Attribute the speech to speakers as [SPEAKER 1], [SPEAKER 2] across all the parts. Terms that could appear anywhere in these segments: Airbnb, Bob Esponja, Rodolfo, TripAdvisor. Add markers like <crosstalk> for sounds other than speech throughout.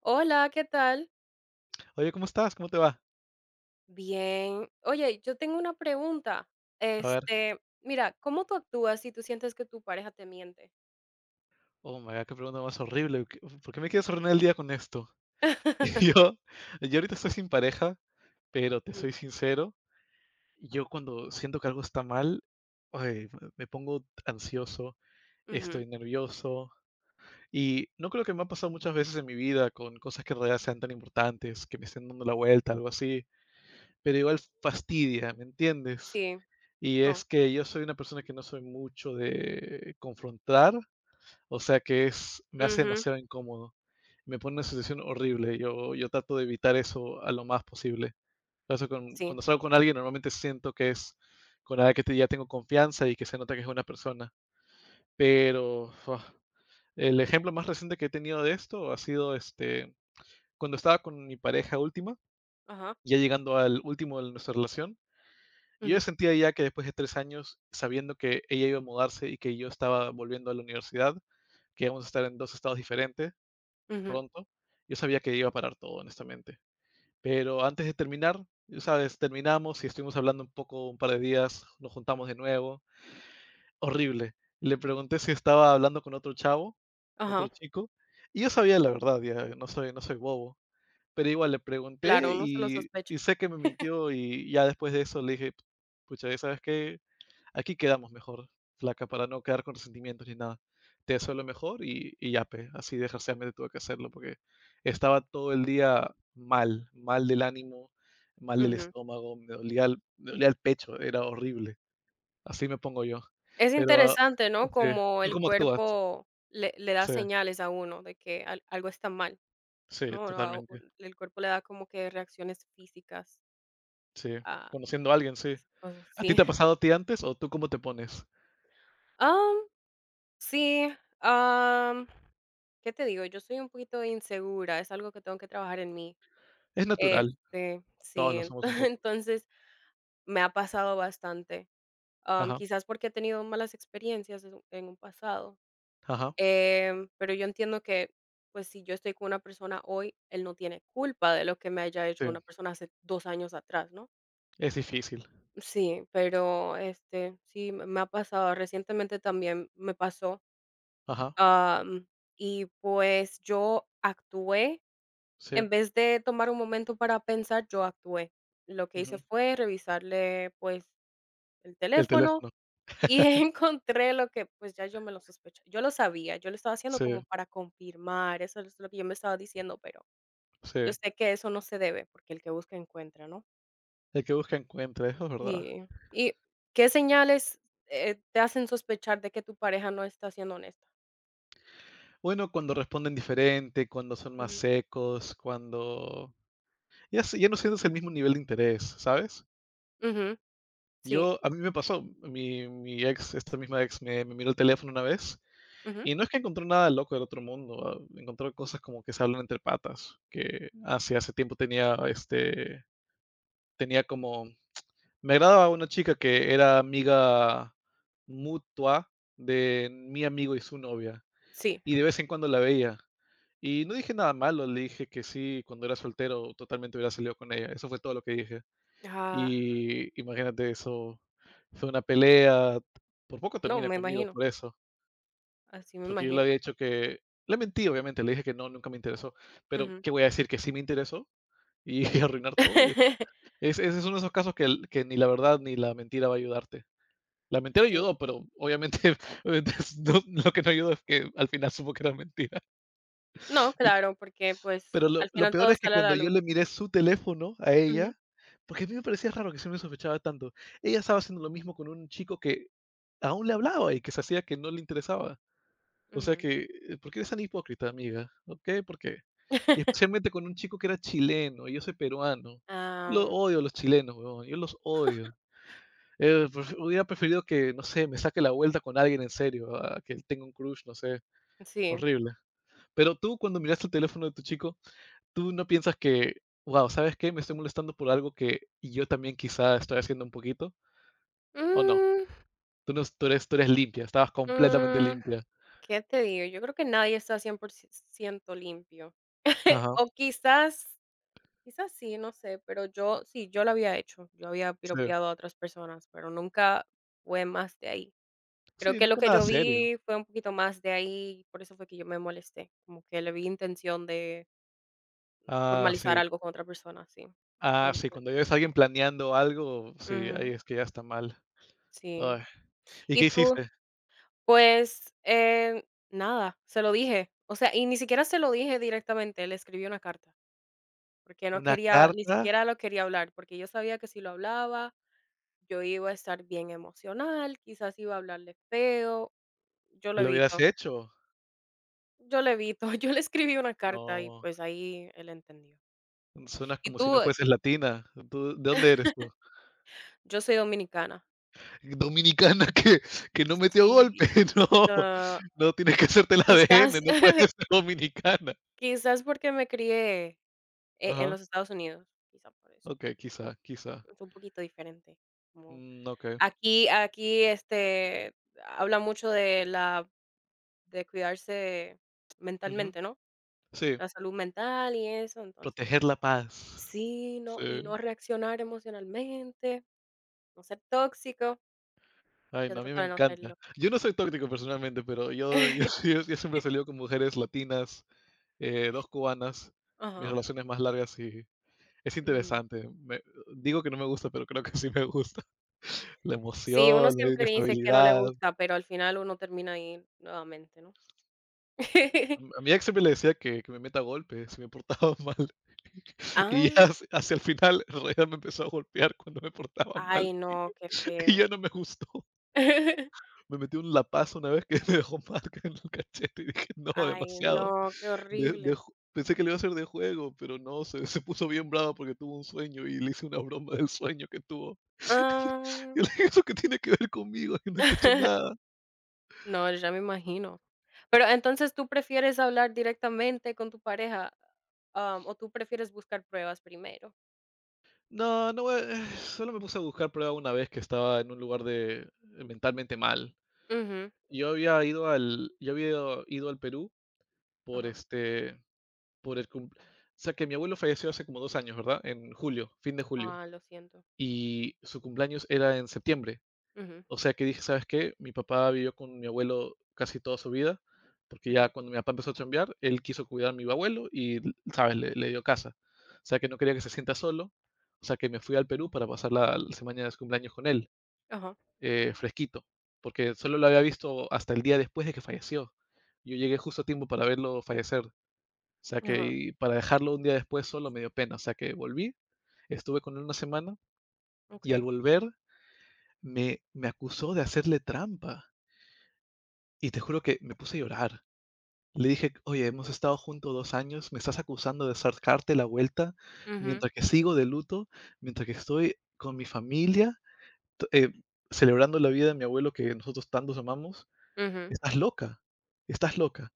[SPEAKER 1] Hola, ¿qué tal?
[SPEAKER 2] Oye, ¿cómo estás? ¿Cómo te va?
[SPEAKER 1] Bien. Oye, yo tengo una pregunta.
[SPEAKER 2] A ver,
[SPEAKER 1] Mira, ¿cómo tú actúas si tú sientes que tu pareja te miente?
[SPEAKER 2] oh my God, qué pregunta más horrible. ¿Por qué me quieres arruinar el día con esto? <laughs>
[SPEAKER 1] <laughs>
[SPEAKER 2] Yo, yo ahorita estoy sin pareja, pero te
[SPEAKER 1] Ujú,
[SPEAKER 2] soy sincero, yo cuando siento que algo está mal, ay, me pongo ansioso,
[SPEAKER 1] ujú,
[SPEAKER 2] estoy nervioso y no creo que me ha pasado muchas veces en mi vida con cosas que en realidad sean tan importantes, que me estén dando la vuelta, algo así, pero igual fastidia, ¿me entiendes?
[SPEAKER 1] sí,
[SPEAKER 2] Y
[SPEAKER 1] no.
[SPEAKER 2] es que yo soy una persona que no soy mucho de confrontar. O sea que es me hace
[SPEAKER 1] Ujú,
[SPEAKER 2] demasiado incómodo. Me pone en una situación horrible. Yo trato de evitar eso a lo más posible. Por eso con
[SPEAKER 1] sí,
[SPEAKER 2] cuando salgo con alguien, normalmente siento que es con alguien que te ya tengo confianza y que se nota que es una persona. Pero, fua, el ejemplo más reciente que he tenido de esto ha sido, cuando estaba con mi pareja última,
[SPEAKER 1] ajá.
[SPEAKER 2] ya llegando al último de nuestra relación, yo ya
[SPEAKER 1] Ujú,
[SPEAKER 2] sentía ya que después de 3 años, sabiendo que ella iba a mudarse y que yo estaba volviendo a la universidad, que íbamos a estar en 2 estados diferentes
[SPEAKER 1] ujú,
[SPEAKER 2] pronto, yo sabía que iba a parar todo, honestamente. Pero antes de terminar, ya, ¿sabes? Terminamos y estuvimos hablando un poco, un par de días, nos juntamos de nuevo. Horrible. Le pregunté si estaba hablando con otro chavo, otro
[SPEAKER 1] ajá.
[SPEAKER 2] chico, y yo sabía la verdad, ya, no soy bobo. Pero igual le pregunté
[SPEAKER 1] Claro, uno se lo
[SPEAKER 2] y,
[SPEAKER 1] sospecha.
[SPEAKER 2] sé que me mintió y ya después de eso le dije, pucha, ¿sabes qué? Aquí quedamos mejor, flaca, para no quedar con resentimientos ni nada. Te deseo lo mejor y ya, pe. Así desgraciadamente tuve que hacerlo porque estaba todo el día mal, mal del ánimo, mal del
[SPEAKER 1] Ujú.
[SPEAKER 2] estómago, me dolía el pecho, era horrible. Así me pongo yo.
[SPEAKER 1] Es
[SPEAKER 2] Pero
[SPEAKER 1] interesante, ¿no?
[SPEAKER 2] sí,
[SPEAKER 1] Como
[SPEAKER 2] ¿tú
[SPEAKER 1] el
[SPEAKER 2] cómo actúas?
[SPEAKER 1] cuerpo le da
[SPEAKER 2] Sí,
[SPEAKER 1] señales a uno de que algo está mal,
[SPEAKER 2] sí,
[SPEAKER 1] ¿no?
[SPEAKER 2] totalmente.
[SPEAKER 1] El cuerpo le da como que reacciones físicas
[SPEAKER 2] Sí,
[SPEAKER 1] a
[SPEAKER 2] conociendo a alguien, sí.
[SPEAKER 1] esas cosas,
[SPEAKER 2] ¿A ti
[SPEAKER 1] sí.
[SPEAKER 2] te ha
[SPEAKER 1] <laughs>
[SPEAKER 2] pasado a ti antes o tú cómo te pones?
[SPEAKER 1] Ah, sí. Am, ¿Qué te digo? Yo soy un poquito insegura, es algo que tengo que trabajar en mí.
[SPEAKER 2] Es natural,
[SPEAKER 1] Sí,
[SPEAKER 2] todos lo somos un
[SPEAKER 1] <laughs>
[SPEAKER 2] poco.
[SPEAKER 1] entonces me ha pasado bastante. am,
[SPEAKER 2] Ajá,
[SPEAKER 1] quizás porque he tenido malas experiencias en un pasado.
[SPEAKER 2] ajá,
[SPEAKER 1] Pero yo entiendo que, pues, si yo estoy con una persona hoy, él no tiene culpa de lo que me haya hecho
[SPEAKER 2] sí,
[SPEAKER 1] una persona hace 2 años atrás, ¿no?
[SPEAKER 2] es difícil.
[SPEAKER 1] Sí, pero sí, me ha pasado. Recientemente también me pasó.
[SPEAKER 2] Ajá,
[SPEAKER 1] Am, y pues yo actué,
[SPEAKER 2] sí.
[SPEAKER 1] en vez de tomar un momento para pensar, yo actué. Lo que hice
[SPEAKER 2] Ujú.
[SPEAKER 1] fue revisarle, pues, el
[SPEAKER 2] El
[SPEAKER 1] teléfono,
[SPEAKER 2] teléfono,
[SPEAKER 1] y <laughs> encontré lo que, pues, ya yo me lo sospechaba. Yo lo sabía, yo lo estaba haciendo
[SPEAKER 2] sí,
[SPEAKER 1] como para confirmar, eso es lo que yo me estaba diciendo, pero
[SPEAKER 2] sí,
[SPEAKER 1] yo sé que eso no se debe, porque el que busca encuentra, ¿no?
[SPEAKER 2] el que busca encuentra, eso es verdad.
[SPEAKER 1] Y y qué señales te hacen sospechar de que tu pareja no está siendo honesta?
[SPEAKER 2] Bueno, cuando responden diferente, cuando son más
[SPEAKER 1] Ujú,
[SPEAKER 2] secos, cuando ya, ya no sientes el mismo nivel de interés, ¿sabes?
[SPEAKER 1] ujú, sí,
[SPEAKER 2] Yo, a mí me pasó, mi ex, esta misma ex, me miró el teléfono una vez
[SPEAKER 1] ujú,
[SPEAKER 2] y no es que encontró nada loco del otro mundo, ah, encontró cosas como que se hablan entre patas, que hace tiempo tenía, tenía como, me agradaba una chica que era amiga mutua de mi amigo y su novia,
[SPEAKER 1] sí.
[SPEAKER 2] y de vez en cuando la veía. Y no dije nada malo, le dije que sí, cuando era soltero totalmente hubiera salido con ella. Eso fue todo lo que dije.
[SPEAKER 1] Ah.
[SPEAKER 2] Y imagínate eso, fue una pelea, por poco
[SPEAKER 1] No,
[SPEAKER 2] termina
[SPEAKER 1] me
[SPEAKER 2] conmigo
[SPEAKER 1] imagino,
[SPEAKER 2] por eso,
[SPEAKER 1] así me
[SPEAKER 2] porque yo le
[SPEAKER 1] imagino.
[SPEAKER 2] había dicho que, le mentí obviamente, le dije que no, nunca me interesó, pero
[SPEAKER 1] Ujú.
[SPEAKER 2] ¿qué voy a decir? ¿Que sí me interesó? Y <laughs> arruinar todo.
[SPEAKER 1] <laughs>
[SPEAKER 2] Es, ese es uno de esos casos que, que ni la verdad ni la mentira va a ayudarte. La mentira
[SPEAKER 1] Sí.
[SPEAKER 2] ayudó, pero obviamente, <laughs> obviamente lo que no ayudó es que al final supo que era mentira.
[SPEAKER 1] No, claro, porque, pues,
[SPEAKER 2] Pero lo
[SPEAKER 1] al
[SPEAKER 2] lo
[SPEAKER 1] final
[SPEAKER 2] peor
[SPEAKER 1] todo
[SPEAKER 2] es que
[SPEAKER 1] sale a
[SPEAKER 2] cuando
[SPEAKER 1] la
[SPEAKER 2] yo
[SPEAKER 1] luz.
[SPEAKER 2] le miré su teléfono a
[SPEAKER 1] Ujú,
[SPEAKER 2] ella, porque a mí me parecía raro que siempre sospechaba tanto, ella estaba haciendo lo mismo con un chico que aún le hablaba y que se hacía que no le interesaba. O sea
[SPEAKER 1] ujú.
[SPEAKER 2] que, ¿por qué eres tan hipócrita, amiga? ¿Ok? ¿Por qué? Y
[SPEAKER 1] <laughs>
[SPEAKER 2] especialmente con un chico que era chileno, y yo soy peruano. Yo Lo
[SPEAKER 1] Am,
[SPEAKER 2] odio a los chilenos, huevón, yo los odio. Prefe Hubiera preferido que, no sé, me saque la vuelta con alguien en serio, a que tenga un crush, no sé,
[SPEAKER 1] sí.
[SPEAKER 2] horrible. Pero tú, cuando miraste el teléfono de tu chico, tú no piensas que, wow, ¿sabes qué? Me estoy molestando por algo que yo también quizá estoy haciendo un poquito, ¿o no?
[SPEAKER 1] Mm,
[SPEAKER 2] Tú eres limpia, estabas completamente
[SPEAKER 1] mm,
[SPEAKER 2] limpia.
[SPEAKER 1] ¿qué te digo? Yo creo que nadie está 100% limpio. <laughs>
[SPEAKER 2] Ajá,
[SPEAKER 1] O quizás sí, no sé, pero yo sí, yo lo había hecho. Yo había
[SPEAKER 2] sí.
[SPEAKER 1] piropeado a otras personas, pero nunca fue más de ahí. Creo
[SPEAKER 2] Sí,
[SPEAKER 1] que lo
[SPEAKER 2] nunca
[SPEAKER 1] que
[SPEAKER 2] nada
[SPEAKER 1] yo
[SPEAKER 2] serio.
[SPEAKER 1] vi fue un poquito más de ahí, por eso fue que yo me molesté, como que le vi intención de
[SPEAKER 2] Ah,
[SPEAKER 1] formalizar
[SPEAKER 2] sí.
[SPEAKER 1] algo con otra persona, sí.
[SPEAKER 2] Ah, sí,
[SPEAKER 1] Entonces,
[SPEAKER 2] cuando ves a alguien planeando algo, sí, ahí
[SPEAKER 1] ujú,
[SPEAKER 2] es que ya está mal.
[SPEAKER 1] sí.
[SPEAKER 2] Ay. ¿Y
[SPEAKER 1] ¿Y
[SPEAKER 2] qué
[SPEAKER 1] tú?
[SPEAKER 2] hiciste?
[SPEAKER 1] Pues, nada, se lo dije. O sea, y ni siquiera se lo dije directamente, le escribí una carta, porque no
[SPEAKER 2] ¿Una
[SPEAKER 1] quería, ni
[SPEAKER 2] carta?
[SPEAKER 1] siquiera lo quería hablar, porque yo sabía que si lo hablaba, yo iba a estar bien emocional, quizás iba a hablarle feo. Yo lo
[SPEAKER 2] ¿Lo hubieras
[SPEAKER 1] evito,
[SPEAKER 2] hecho?
[SPEAKER 1] yo le evito. <laughs> Yo le escribí una carta y,
[SPEAKER 2] No,
[SPEAKER 1] pues, ahí él entendió.
[SPEAKER 2] suenas
[SPEAKER 1] ¿Y
[SPEAKER 2] como si no
[SPEAKER 1] tú?
[SPEAKER 2] fueses latina. ¿Tú, de dónde eres tú?
[SPEAKER 1] Yo soy dominicana.
[SPEAKER 2] Dominicana <laughs> que no metió
[SPEAKER 1] Sí,
[SPEAKER 2] golpe, <laughs> no,
[SPEAKER 1] ah, eh,
[SPEAKER 2] no tienes que hacerte el
[SPEAKER 1] quizás
[SPEAKER 2] ADN, no puedes ser <laughs> dominicana.
[SPEAKER 1] Quizás porque me crié en
[SPEAKER 2] Ajá,
[SPEAKER 1] los Estados Unidos, quizás por eso.
[SPEAKER 2] okey, quizá, quizá.
[SPEAKER 1] Es un poquito diferente, como
[SPEAKER 2] Mm, okey.
[SPEAKER 1] aquí, habla mucho de la de cuidarse
[SPEAKER 2] Ujú.
[SPEAKER 1] mentalmente, ¿no?
[SPEAKER 2] Sí,
[SPEAKER 1] La salud mental y eso, entonces
[SPEAKER 2] proteger la paz.
[SPEAKER 1] sí, no, y
[SPEAKER 2] Sí.
[SPEAKER 1] no reaccionar emocionalmente, no ser tóxico,
[SPEAKER 2] Ay,
[SPEAKER 1] yo
[SPEAKER 2] no, a mí me
[SPEAKER 1] trato de no
[SPEAKER 2] encanta.
[SPEAKER 1] serlo.
[SPEAKER 2] Yo no soy tóxico personalmente, pero yo, <laughs> yo
[SPEAKER 1] <laughs>
[SPEAKER 2] sí, yo siempre he salido con mujeres latinas, dos cubanas, mis
[SPEAKER 1] Ajá,
[SPEAKER 2] relaciones más largas y es
[SPEAKER 1] mm.
[SPEAKER 2] interesante. Me digo que no me gusta, pero creo que sí me gusta. <laughs> La
[SPEAKER 1] Sí, uno
[SPEAKER 2] emoción, la
[SPEAKER 1] siempre dice que no le
[SPEAKER 2] inestabilidad.
[SPEAKER 1] gusta, pero al final uno termina ahí nuevamente, ¿no? <laughs>
[SPEAKER 2] A mi ex siempre le decía que me meta golpes si me portaba <laughs> mal, y ya
[SPEAKER 1] Ah.
[SPEAKER 2] hacia el final, <laughs> en realidad me empezó a golpear cuando me portaba mal,
[SPEAKER 1] Ay, no, qué
[SPEAKER 2] <laughs> y
[SPEAKER 1] feo.
[SPEAKER 2] ya no me gustó.
[SPEAKER 1] <laughs>
[SPEAKER 2] Me metió un lapazo una vez que <laughs> me dejó marca <laughs> en el cachete y dije: "No,
[SPEAKER 1] Ay,
[SPEAKER 2] demasiado".
[SPEAKER 1] no, qué horrible.
[SPEAKER 2] De ju Pensé que le iba a hacer de juego, pero no, se puso bien brava porque tuvo un sueño y le hice una broma del sueño que tuvo. <laughs> Y
[SPEAKER 1] Ah.
[SPEAKER 2] le dije: "¿Eso qué tiene que ver conmigo? <laughs> Yo no te he hecho
[SPEAKER 1] <laughs>
[SPEAKER 2] nada".
[SPEAKER 1] No, ya me imagino. Pero entonces, ¿tú prefieres hablar directamente con tu pareja, o tú prefieres buscar pruebas primero?
[SPEAKER 2] No, no, Solo me puse a buscar prueba una vez que estaba en un lugar de mentalmente mal.
[SPEAKER 1] Ujú,
[SPEAKER 2] Yo había ido al Perú por,
[SPEAKER 1] ajá.
[SPEAKER 2] por el cum o sea, que mi abuelo falleció hace como 2 años, ¿verdad? En julio, fin de julio,
[SPEAKER 1] Ah, lo siento.
[SPEAKER 2] y su cumpleaños era en septiembre.
[SPEAKER 1] Ujú,
[SPEAKER 2] O sea, que dije: "¿Sabes qué? Mi papá vivió con mi abuelo casi toda su vida", porque ya
[SPEAKER 1] ujú.
[SPEAKER 2] cuando mi papá empezó a chambear, él quiso cuidar a mi abuelo y, ¿sabes? Le dio casa. O sea, que no quería que se sienta solo, o sea, que me fui al Perú para pasar la semana de su cumpleaños con él,
[SPEAKER 1] Ajá,
[SPEAKER 2] fresquito, porque solo lo había visto hasta el día después de que falleció. Yo llegué justo a tiempo para verlo fallecer, o sea que,
[SPEAKER 1] ajá,
[SPEAKER 2] y para dejarlo un día después solo me dio pena, o sea que volví, estuve con él una semana y al
[SPEAKER 1] okey.
[SPEAKER 2] volver me acusó de hacerle trampa y te juro que me puse a llorar. Le dije, oye, hemos estado juntos 2 años, me estás acusando de sacarte la vuelta
[SPEAKER 1] Ujú,
[SPEAKER 2] mientras que sigo de luto, mientras que estoy con mi familia, t- eh, celebrando la vida de mi abuelo que nosotros tantos amamos,
[SPEAKER 1] ujú,
[SPEAKER 2] estás loca, estás loca.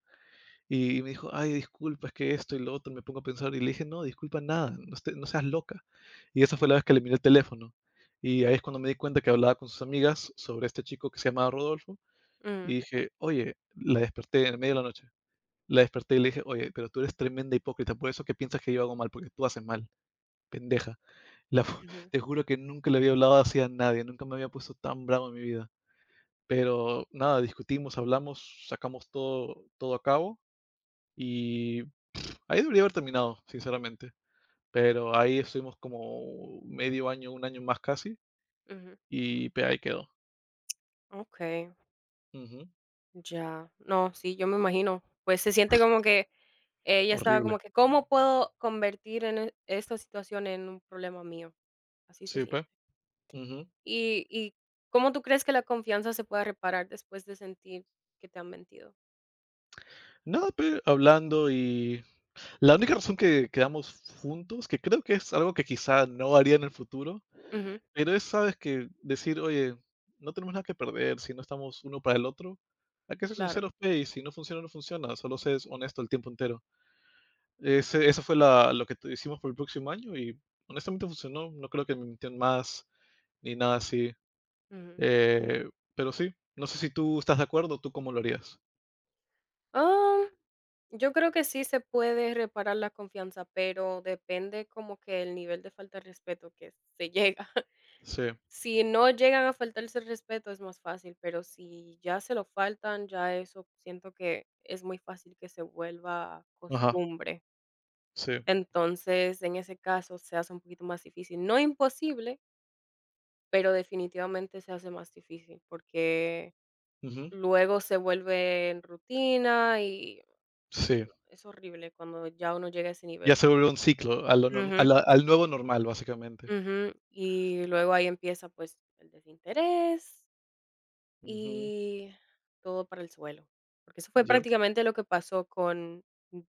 [SPEAKER 2] Y me dijo, ay, disculpa, es que esto y lo otro, me pongo a pensar. Y le dije, no, disculpa nada, no, no seas loca. Y esa fue la vez que le miré el teléfono. Y ahí es cuando me di cuenta que hablaba con sus amigas sobre este chico que se llamaba Rodolfo. Y
[SPEAKER 1] ujú,
[SPEAKER 2] dije, oye, la desperté en medio de la noche. La desperté y le dije, oye, pero tú eres tremenda hipócrita, por eso que piensas que yo hago mal, porque tú haces mal, pendeja. La fu- <laughs>
[SPEAKER 1] ujú,
[SPEAKER 2] Te juro que nunca le había hablado así a nadie, nunca me había puesto tan bravo en mi vida. Pero nada, discutimos, hablamos, sacamos todo a cabo y ahí debería haber terminado, sinceramente. Pero ahí estuvimos como medio año, un año más casi,
[SPEAKER 1] ujú.
[SPEAKER 2] y pe, ahí quedó.
[SPEAKER 1] Okey,
[SPEAKER 2] Ujú.
[SPEAKER 1] ya. No, sí, yo me imagino. Pues se siente como que ella estaba
[SPEAKER 2] Horrible.
[SPEAKER 1] como que, ¿cómo puedo convertir en esta situación en un problema mío? Así se
[SPEAKER 2] Sí,
[SPEAKER 1] siente.
[SPEAKER 2] pe. Ujú.
[SPEAKER 1] ¿Y cómo tú crees que la confianza se pueda reparar después de sentir que te han mentido?
[SPEAKER 2] Nada, pe, hablando y la única razón que quedamos juntos, que creo que es algo que quizá no haría en el futuro,
[SPEAKER 1] Ujú,
[SPEAKER 2] pero es, sabes, que decir: "Oye, no tenemos nada que perder si no estamos uno para el otro, hay que ser
[SPEAKER 1] claro,
[SPEAKER 2] sinceros, pe, y si no funciona, no funciona, solo seas honesto el tiempo entero". Ese Eso fue la lo que t hicimos por el próximo año y honestamente funcionó, no creo que me mintieron más ni nada así,
[SPEAKER 1] ujú.
[SPEAKER 2] eh, pero sí, no sé si tú estás de acuerdo, ¿tú cómo lo harías?
[SPEAKER 1] Ah, yo creo que sí se puede reparar la confianza, pero depende como que el nivel de falta de respeto que se <laughs> llega.
[SPEAKER 2] Sí,
[SPEAKER 1] Si no llegan a faltarse el respeto es más fácil, pero si ya se lo faltan, ya eso siento que es muy fácil que se vuelva
[SPEAKER 2] ajá,
[SPEAKER 1] costumbre.
[SPEAKER 2] sí,
[SPEAKER 1] Entonces, en ese caso se hace un poquito más difícil, no imposible, pero definitivamente se hace más difícil porque
[SPEAKER 2] ujú,
[SPEAKER 1] luego se vuelve en rutina y
[SPEAKER 2] sí,
[SPEAKER 1] es horrible cuando ya uno llega a ese
[SPEAKER 2] ya
[SPEAKER 1] nivel.
[SPEAKER 2] se volvió un ciclo a
[SPEAKER 1] Ujú,
[SPEAKER 2] la, al nuevo normal, básicamente.
[SPEAKER 1] ujú, y luego ahí empieza pues el desinterés
[SPEAKER 2] Ujú,
[SPEAKER 1] y todo para el suelo, porque eso fue
[SPEAKER 2] ya,
[SPEAKER 1] prácticamente lo que pasó con m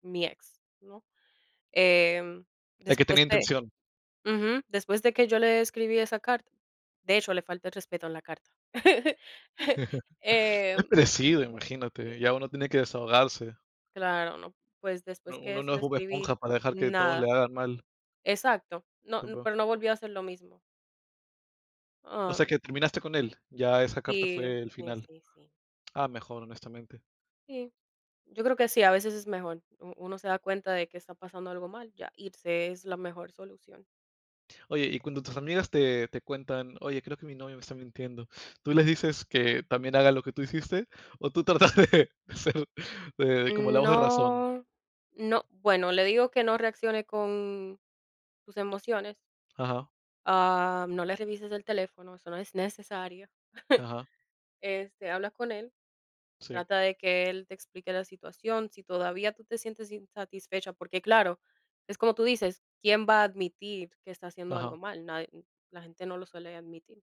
[SPEAKER 1] mi ex, ¿no? Em,
[SPEAKER 2] hay que
[SPEAKER 1] después
[SPEAKER 2] tener
[SPEAKER 1] de
[SPEAKER 2] intención.
[SPEAKER 1] Ujú, después de que yo le escribí esa carta, de hecho, le falta el respeto en la carta. <laughs> Em,
[SPEAKER 2] Crecido, imagínate,
[SPEAKER 1] sí,
[SPEAKER 2] ya uno tiene que desahogarse.
[SPEAKER 1] claro, no, pues, después
[SPEAKER 2] Uno
[SPEAKER 1] que
[SPEAKER 2] no
[SPEAKER 1] se
[SPEAKER 2] es
[SPEAKER 1] le
[SPEAKER 2] Bob Esponja
[SPEAKER 1] escribí,
[SPEAKER 2] para dejar que todos le
[SPEAKER 1] nada.
[SPEAKER 2] hagan mal,
[SPEAKER 1] Exacto, no, no,
[SPEAKER 2] tipo.
[SPEAKER 1] pero no volvió a hacer lo mismo.
[SPEAKER 2] O sea
[SPEAKER 1] Am,
[SPEAKER 2] que terminaste con él, ya esa carta
[SPEAKER 1] sí,
[SPEAKER 2] fue el
[SPEAKER 1] sí,
[SPEAKER 2] final.
[SPEAKER 1] sí, sí.
[SPEAKER 2] Ah, mejor, honestamente.
[SPEAKER 1] Sí. Yo creo que sí, a veces es mejor. Uno se da cuenta de que está pasando algo mal, ya irse es la mejor solución.
[SPEAKER 2] Oye, y cuando tus amigas te cuentan: "Oye, creo que mi novio me está mintiendo", ¿tú les dices que también hagan lo que tú hiciste? ¿O tú tratas de <laughs> de ser de como la voz de razón?
[SPEAKER 1] No, no, bueno, le digo que no reaccione con tus emociones.
[SPEAKER 2] Ajá,
[SPEAKER 1] No le revises el teléfono, eso no es necesario. <laughs>
[SPEAKER 2] ajá,
[SPEAKER 1] Habla con él,
[SPEAKER 2] sí,
[SPEAKER 1] trata de que él te explique la situación, si todavía tú te sientes insatisfecha, porque claro, es como tú dices, ¿quién va a admitir que está haciendo
[SPEAKER 2] ajá,
[SPEAKER 1] algo mal? La gente no lo suele admitir.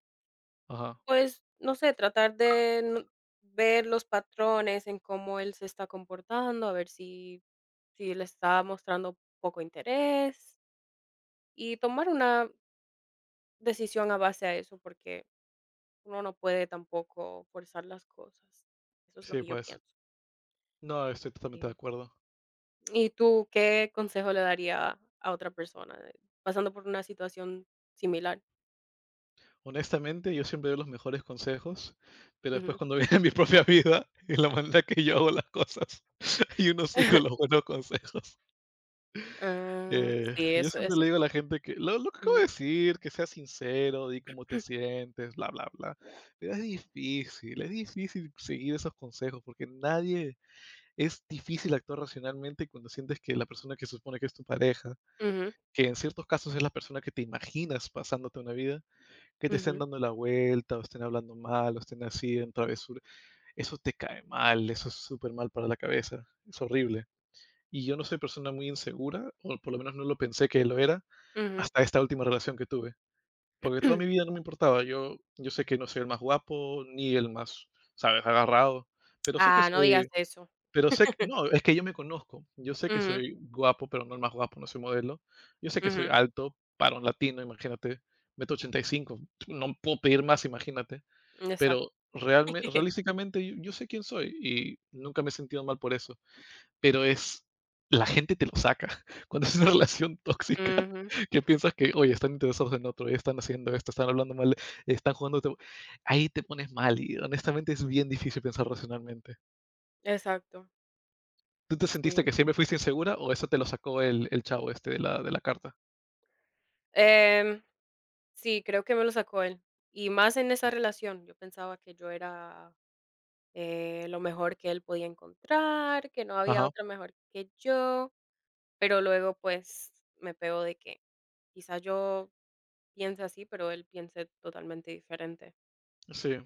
[SPEAKER 2] ajá.
[SPEAKER 1] Pues, no sé, tratar de n ver los patrones en cómo él se está comportando, a ver si si le está mostrando poco interés, y tomar una decisión a base a eso, porque uno no puede tampoco forzar las cosas. Eso es lo
[SPEAKER 2] Sí,
[SPEAKER 1] que yo
[SPEAKER 2] pues.
[SPEAKER 1] pienso.
[SPEAKER 2] No, estoy totalmente de
[SPEAKER 1] Eh,
[SPEAKER 2] acuerdo.
[SPEAKER 1] ¿y tú qué consejo le daría a otra persona, pasando por una situación similar?
[SPEAKER 2] Honestamente, yo siempre doy los mejores consejos, pero después
[SPEAKER 1] Ujú.
[SPEAKER 2] cuando <laughs> viene mi propia vida y la manera que yo hago las cosas, <laughs> yo no sigo los
[SPEAKER 1] <laughs>
[SPEAKER 2] buenos consejos.
[SPEAKER 1] Ah, sí,
[SPEAKER 2] Yo
[SPEAKER 1] eso
[SPEAKER 2] siempre le
[SPEAKER 1] eso.
[SPEAKER 2] digo a la gente que lo que acabo de
[SPEAKER 1] Ujú.
[SPEAKER 2] decir, que seas sincero, di cómo te
[SPEAKER 1] <clears throat>
[SPEAKER 2] sientes, bla, bla, bla. Pero es difícil seguir esos consejos porque nadie, es difícil actuar racionalmente cuando sientes que la persona que se supone que es tu pareja,
[SPEAKER 1] Ujú,
[SPEAKER 2] que en ciertos casos es la persona que te imaginas pasándote una vida, que te estén
[SPEAKER 1] ujú,
[SPEAKER 2] dando la vuelta, o estén hablando mal, o estén así en travesura. Eso te cae mal, eso es súper mal para la cabeza, es horrible. Y yo no soy persona muy insegura, o por lo menos no lo pensé que lo era,
[SPEAKER 1] ujú.
[SPEAKER 2] hasta esta última relación que tuve. Porque toda mi vida
[SPEAKER 1] <clears throat>
[SPEAKER 2] no me importaba. Yo sé que no soy el más guapo, ni el más, ¿sabes?, agarrado, pero sé que
[SPEAKER 1] Ah, no digas
[SPEAKER 2] soy
[SPEAKER 1] eso.
[SPEAKER 2] pero sé que no, es que yo me conozco. Yo sé que
[SPEAKER 1] Ujú,
[SPEAKER 2] soy guapo, pero no el más guapo, no soy modelo. Yo sé que soy
[SPEAKER 1] ujú,
[SPEAKER 2] alto, varón latino, imagínate, 1,85 m, no puedo pedir más, imagínate,
[SPEAKER 1] exacto.
[SPEAKER 2] pero realme
[SPEAKER 1] <laughs>
[SPEAKER 2] realísticamente yo sé quién soy y nunca me he sentido mal por eso, pero es la gente te lo saca. <laughs> Cuando es una relación tóxica,
[SPEAKER 1] Ujú,
[SPEAKER 2] <laughs> que piensas que, oye, están interesados en otro, y están haciendo esto, están hablando mal, están jugando, ahí te pones mal y honestamente es bien difícil pensar racionalmente.
[SPEAKER 1] exacto,
[SPEAKER 2] ¿Tú te
[SPEAKER 1] sí.
[SPEAKER 2] sentiste que siempre fuiste insegura o eso te lo sacó el chavo este de de la carta?
[SPEAKER 1] Em, sí, creo que me lo sacó él, y más en esa relación. Yo pensaba que yo era, lo mejor que él podía encontrar, que no había
[SPEAKER 2] Ajá,
[SPEAKER 1] otra mejor que yo, pero luego, pues, me pegó de que quizá yo piense así, pero él piense totalmente diferente.
[SPEAKER 2] sí.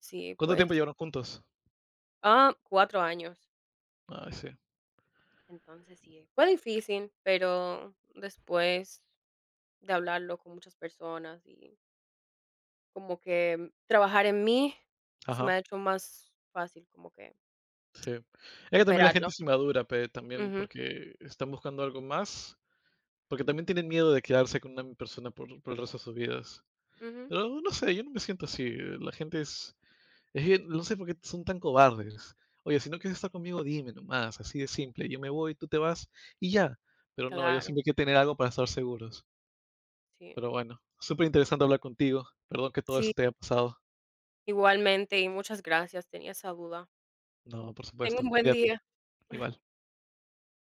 [SPEAKER 1] Sí,
[SPEAKER 2] ¿Cuánto tiempo
[SPEAKER 1] pues,
[SPEAKER 2] llevaron juntos?
[SPEAKER 1] 4 años.
[SPEAKER 2] Ay, sí.
[SPEAKER 1] Entonces sí, fue difícil, pero después de hablarlo con muchas personas y como que trabajar en mí se me
[SPEAKER 2] Ajá,
[SPEAKER 1] ha hecho más fácil como que
[SPEAKER 2] sí. Es que también la gente
[SPEAKER 1] superarlo.
[SPEAKER 2] es inmadura, pe, también
[SPEAKER 1] Ujú,
[SPEAKER 2] porque están buscando algo más, porque también tienen miedo de quedarse con una persona por el resto de sus vidas.
[SPEAKER 1] ujú,
[SPEAKER 2] Pero no sé, yo no me siento así. La gente es que no sé por qué son tan cobardes. Oye, si no quieres estar conmigo, dime nomás, así de simple. Yo me voy, tú te vas y ya. Pero no, ellos
[SPEAKER 1] claro,
[SPEAKER 2] siempre hay que tener algo para estar seguros.
[SPEAKER 1] sí,
[SPEAKER 2] Pero
[SPEAKER 1] no.
[SPEAKER 2] bueno, súper interesante hablar contigo. Perdón que todo eso
[SPEAKER 1] Sí,
[SPEAKER 2] te haya pasado.
[SPEAKER 1] igualmente y muchas gracias, tenía esa duda.
[SPEAKER 2] No, por
[SPEAKER 1] Ten
[SPEAKER 2] supuesto.
[SPEAKER 1] un buen
[SPEAKER 2] Cuídate,
[SPEAKER 1] día.
[SPEAKER 2] igual.